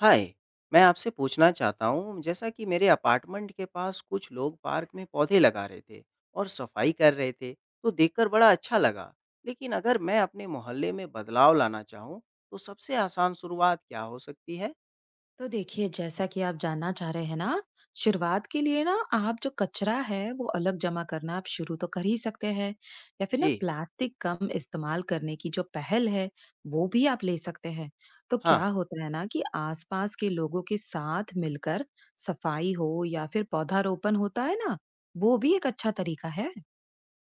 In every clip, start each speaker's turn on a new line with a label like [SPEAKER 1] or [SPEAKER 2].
[SPEAKER 1] हाय। मैं आपसे पूछना चाहता हूँ जैसा कि मेरे अपार्टमेंट के पास कुछ लोग पार्क में पौधे लगा रहे थे और सफाई कर रहे थे। तो देखकर बड़ा अच्छा लगा। लेकिन अगर मैं अपने मोहल्ले में बदलाव लाना चाहूँ तो सबसे आसान शुरुआत क्या हो सकती है?
[SPEAKER 2] तो देखिए, जैसा कि आप जानना चाह रहे हैं ना, शुरुआत के लिए ना आप जो कचरा है वो अलग जमा करना आप शुरू तो कर ही सकते हैं। या फिर ना
[SPEAKER 1] जी।
[SPEAKER 2] प्लास्टिक कम इस्तेमाल करने की जो पहल है वो भी आप ले सकते हैं। तो क्या
[SPEAKER 1] हाँ।
[SPEAKER 2] होता है ना कि आसपास के लोगों के साथ मिलकर सफाई हो या फिर पौधारोपण होता है ना, वो भी एक अच्छा तरीका है।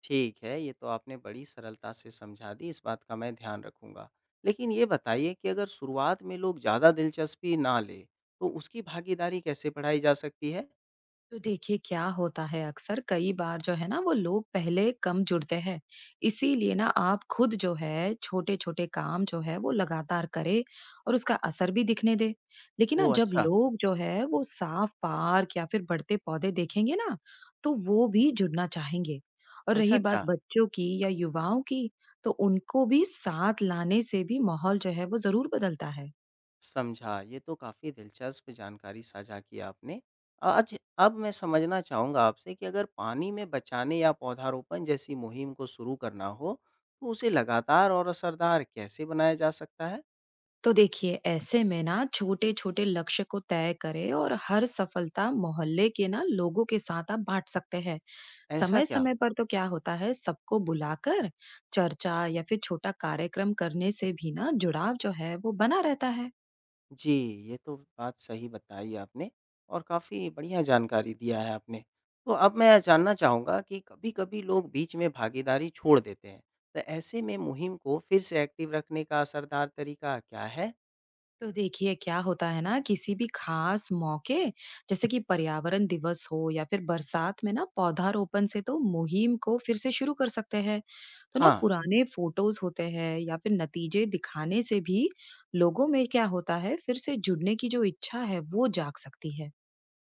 [SPEAKER 1] ठीक है, ये तो आपने बड़ी सरलता से समझा दी, इस बात का मैं ध्यान रखूंगा। लेकिन ये बताइए कि अगर शुरुआत में लोग ज़्यादा दिलचस्पी ना ले तो उसकी भागीदारी कैसे बढ़ाई जा सकती है?
[SPEAKER 2] तो देखिए, क्या होता है अक्सर कई बार जो है ना वो लोग पहले कम जुड़ते हैं। इसीलिए ना आप खुद जो है छोटे छोटे काम जो है वो लगातार करे और उसका असर भी दिखने दे। लेकिन ना
[SPEAKER 1] ओह
[SPEAKER 2] जब
[SPEAKER 1] अच्छा।
[SPEAKER 2] लोग जो है वो साफ पार्क या फिर बढ़ते पौधे देखेंगे ना, तो वो भी जुड़ना चाहेंगे। और
[SPEAKER 1] ऐसा
[SPEAKER 2] रही बात
[SPEAKER 1] क्या?
[SPEAKER 2] बच्चों की या युवाओं की, तो उनको भी साथ लाने से भी माहौल जो है वो जरूर बदलता है।
[SPEAKER 1] समझा, ये तो काफ़ी दिलचस्प जानकारी साझा की आपने। आज अब मैं समझना चाहूँगा आपसे कि अगर पानी में बचाने या पौधारोपण जैसी मुहिम को शुरू करना हो, तो उसे लगातार और असरदार कैसे बनाया जा सकता है?
[SPEAKER 2] तो देखिए, ऐसे में ना छोटे-छोटे लक्ष्य को तय करें और हर सफलता मोहल्ले के ना लोगों के साथ आप बांट सकते हैं।
[SPEAKER 1] ऐसा क्या?
[SPEAKER 2] समय-समय पर तो क्या होता है सबको बुलाकर चर्चा या फिर छोटा कार्यक्रम करने से भी ना जुड़ाव जो है वो बना रहता है।
[SPEAKER 1] जी, ये तो बात सही बताई आपने और काफ़ी बढ़िया जानकारी दिया है आपने। तो अब मैं जानना चाहूँगा कि कभी-कभी लोग बीच में भागीदारी छोड़ देते हैं, तो ऐसे में मुहिम को फिर से एक्टिव रखने का असरदार तरीका क्या है?
[SPEAKER 2] तो देखिए, क्या होता है ना किसी भी खास मौके, जैसे कि पर्यावरण दिवस हो या फिर बरसात में ना पौधारोपण से तो मुहिम को फिर से शुरू कर सकते हैं। तो ना
[SPEAKER 1] हाँ।
[SPEAKER 2] पुराने फोटोज होते हैं या फिर नतीजे दिखाने से भी लोगों में क्या होता है फिर से जुड़ने की जो इच्छा है वो जाग सकती है।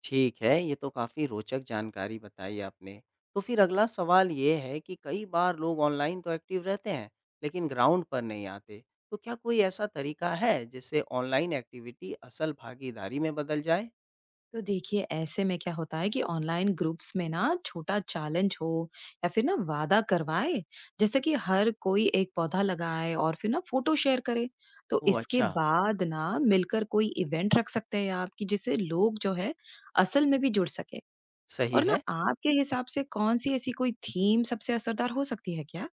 [SPEAKER 1] ठीक है, ये तो काफ़ी रोचक जानकारी बताई आपने। तो फिर अगला सवाल ये है कि कई बार लोग ऑनलाइन तो एक्टिव रहते हैं, लेकिन ग्राउंड पर नहीं आते। तो क्या कोई ऐसा तरीका है, जिससे ऑनलाइन एक्टिविटी असल भागीदारी में बदल जाए?
[SPEAKER 2] तो देखिए, ऐसे में क्या होता है कि ऑनलाइन ग्रुप्स में ना छोटा चैलेंज हो या फिर ना वादा करवाए, जैसे कि हर कोई एक पौधा लगाए और फिर ना फोटो शेयर करे। तो
[SPEAKER 1] ओह
[SPEAKER 2] इसके
[SPEAKER 1] अच्छा।
[SPEAKER 2] बाद ना मिलकर कोई इवेंट रख सकते हैं आप, कि जिससे लोग जो है असल में भी जुड़ सके।
[SPEAKER 1] सही
[SPEAKER 2] और ना
[SPEAKER 1] है।
[SPEAKER 2] आपके हिसाब से कौन सी ऐसी कोई थीम सबसे असरदार हो सकती है क्या?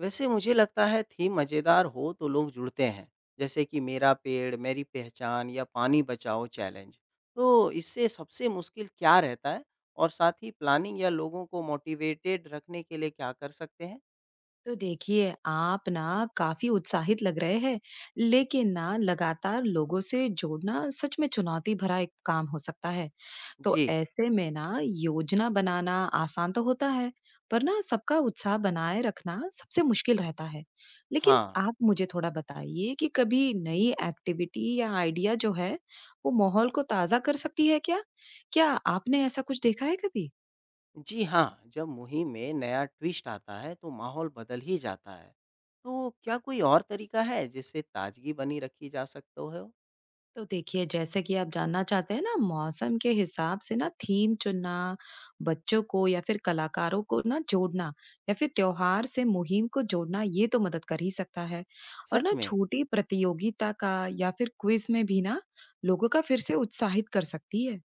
[SPEAKER 1] वैसे मुझे लगता है थीम मज़ेदार हो तो लोग जुड़ते हैं, जैसे कि मेरा पेड़ मेरी पहचान या पानी बचाओ चैलेंज। तो इससे सबसे मुश्किल क्या रहता है? और साथ ही प्लानिंग या लोगों को मोटिवेटेड रखने के लिए क्या कर सकते हैं?
[SPEAKER 2] तो देखिए, आप ना काफी उत्साहित लग रहे हैं, लेकिन ना लगातार लोगों से जोड़ना सच में चुनौती भरा एक काम हो सकता है। तो
[SPEAKER 1] जी।
[SPEAKER 2] ऐसे में ना योजना बनाना आसान तो होता है, पर ना सबका उत्साह बनाए रखना सबसे मुश्किल रहता है। लेकिन
[SPEAKER 1] हाँ।
[SPEAKER 2] आप मुझे थोड़ा बताइए कि कभी नई एक्टिविटी या आइडिया जो है वो माहौल को ताजा कर सकती है क्या? क्या आपने ऐसा कुछ देखा है कभी?
[SPEAKER 1] जी हाँ, जब मुहिम में नया ट्विस्ट आता है तो माहौल बदल ही जाता है। तो क्या कोई और तरीका है जिससे ताज़गी बनी रखी जा सकते हो?
[SPEAKER 2] तो देखिए, जैसे कि आप जानना चाहते हैं ना, मौसम के हिसाब से ना थीम चुनना, बच्चों को या फिर कलाकारों को ना जोड़ना, या फिर त्योहार से मुहिम को जोड़ना, ये तो मदद कर ही सकता है। और
[SPEAKER 1] सच
[SPEAKER 2] ना
[SPEAKER 1] में?
[SPEAKER 2] छोटी प्रतियोगिता का या फिर क्विज में भी ना लोगों का फिर से उत्साहित कर सकती है।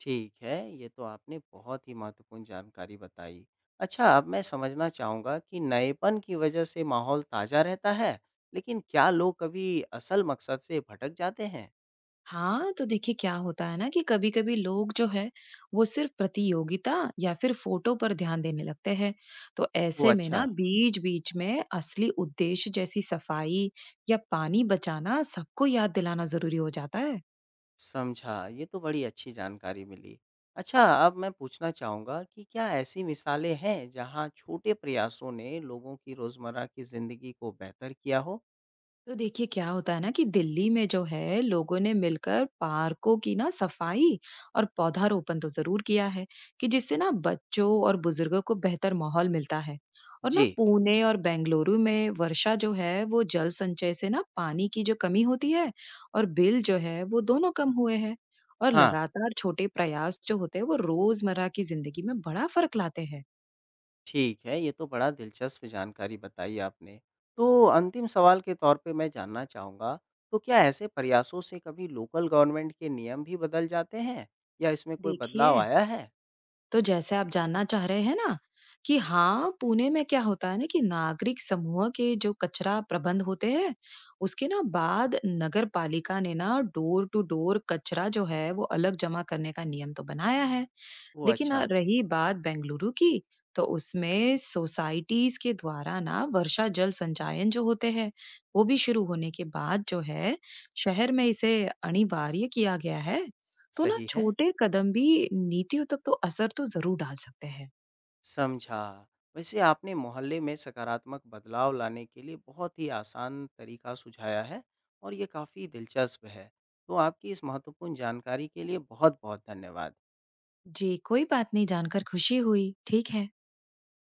[SPEAKER 1] ठीक है, ये तो आपने बहुत ही महत्वपूर्ण जानकारी बताई। अच्छा, अब मैं समझना चाहूँगा कि नएपन की वजह से माहौल ताज़ा रहता है, लेकिन क्या लोग कभी असल मकसद से भटक जाते हैं?
[SPEAKER 2] हाँ, तो देखिए, क्या होता है ना कि कभी-कभी लोग जो है वो सिर्फ प्रतियोगिता या फिर फोटो पर ध्यान देने लगते हैं। तो
[SPEAKER 1] ओह!
[SPEAKER 2] ऐसे में ना
[SPEAKER 1] अच्छा।
[SPEAKER 2] बीच-बीच में असली उद्देश्य जैसी सफाई या पानी बचाना सबको याद दिलाना ज़रूरी हो जाता है।
[SPEAKER 1] समझा, ये तो बड़ी अच्छी जानकारी मिली। अच्छा, अब मैं पूछना चाहूँगा कि क्या ऐसी मिसालें हैं जहाँ छोटे प्रयासों ने लोगों की रोज़मर्रा की ज़िंदगी को बेहतर किया हो?
[SPEAKER 2] तो देखिए, क्या होता है ना कि दिल्ली में जो है लोगों ने मिलकर पार्कों की ना सफाई और पौधारोपण तो जरूर किया है, कि जिससे ना बच्चों और बुजुर्गों को बेहतर माहौल मिलता है। और ना
[SPEAKER 1] जी।
[SPEAKER 2] पुणे और बेंगलुरु में वर्षा जो है वो जल संचय से ना पानी की जो कमी होती है और बिल जो है वो दोनों कम हुए हैं। और
[SPEAKER 1] हाँ।
[SPEAKER 2] लगातार छोटे प्रयास जो होते हैं वो रोजमर्रा की जिंदगी में बड़ा फर्क लाते हैं।
[SPEAKER 1] ठीक है, ये तो बड़ा दिलचस्प जानकारी बताई आपने। तो अंतिम सवाल के तौर पे मैं जानना चाहूँगा, तो क्या ऐसे प्रयासों से कभी लोकल गवर्नमेंट के नियम भी बदल जाते हैं या इसमें कोई बदलाव
[SPEAKER 2] देखिए,
[SPEAKER 1] आया है?
[SPEAKER 2] तो जैसे आप जानना चाह रहे हैं ना कि हाँ, पुणे में क्या होता है ना कि नागरिक समूह के जो कचरा प्रबंध होते हैं, उसके ना बाद नगर पालिका ने ना डोर टू डोर कचरा जो है वो अलग जमा करने का नियम तो बनाया है।
[SPEAKER 1] ओह
[SPEAKER 2] लेकिन
[SPEAKER 1] अच्छा।
[SPEAKER 2] हाँ, रही बात बेंगलुरु की, तो उसमें सोसाइटीज़ के द्वारा ना वर्षा जल संचयन जो होते हैं, वो भी शुरू होने के बाद जो है, शहर में इसे अनिवार्य किया गया है। तो ना
[SPEAKER 1] सही है।
[SPEAKER 2] छोटे कदम भी नीतियों तक तो असर तो ज़रूर डाल सकते हैं।
[SPEAKER 1] समझा। वैसे आपने मोहल्ले में सकारात्मक बदलाव लाने के लिए बहुत ही आसान तरीका सुझाया है और ये काफ़ी दिलचस्प है। तो आपकी इस महत्वपूर्ण जानकारी के लिए बहुत-बहुत धन्यवाद।
[SPEAKER 2] जी, कोई बात नहीं, जानकर खुशी हुई। ठीक है।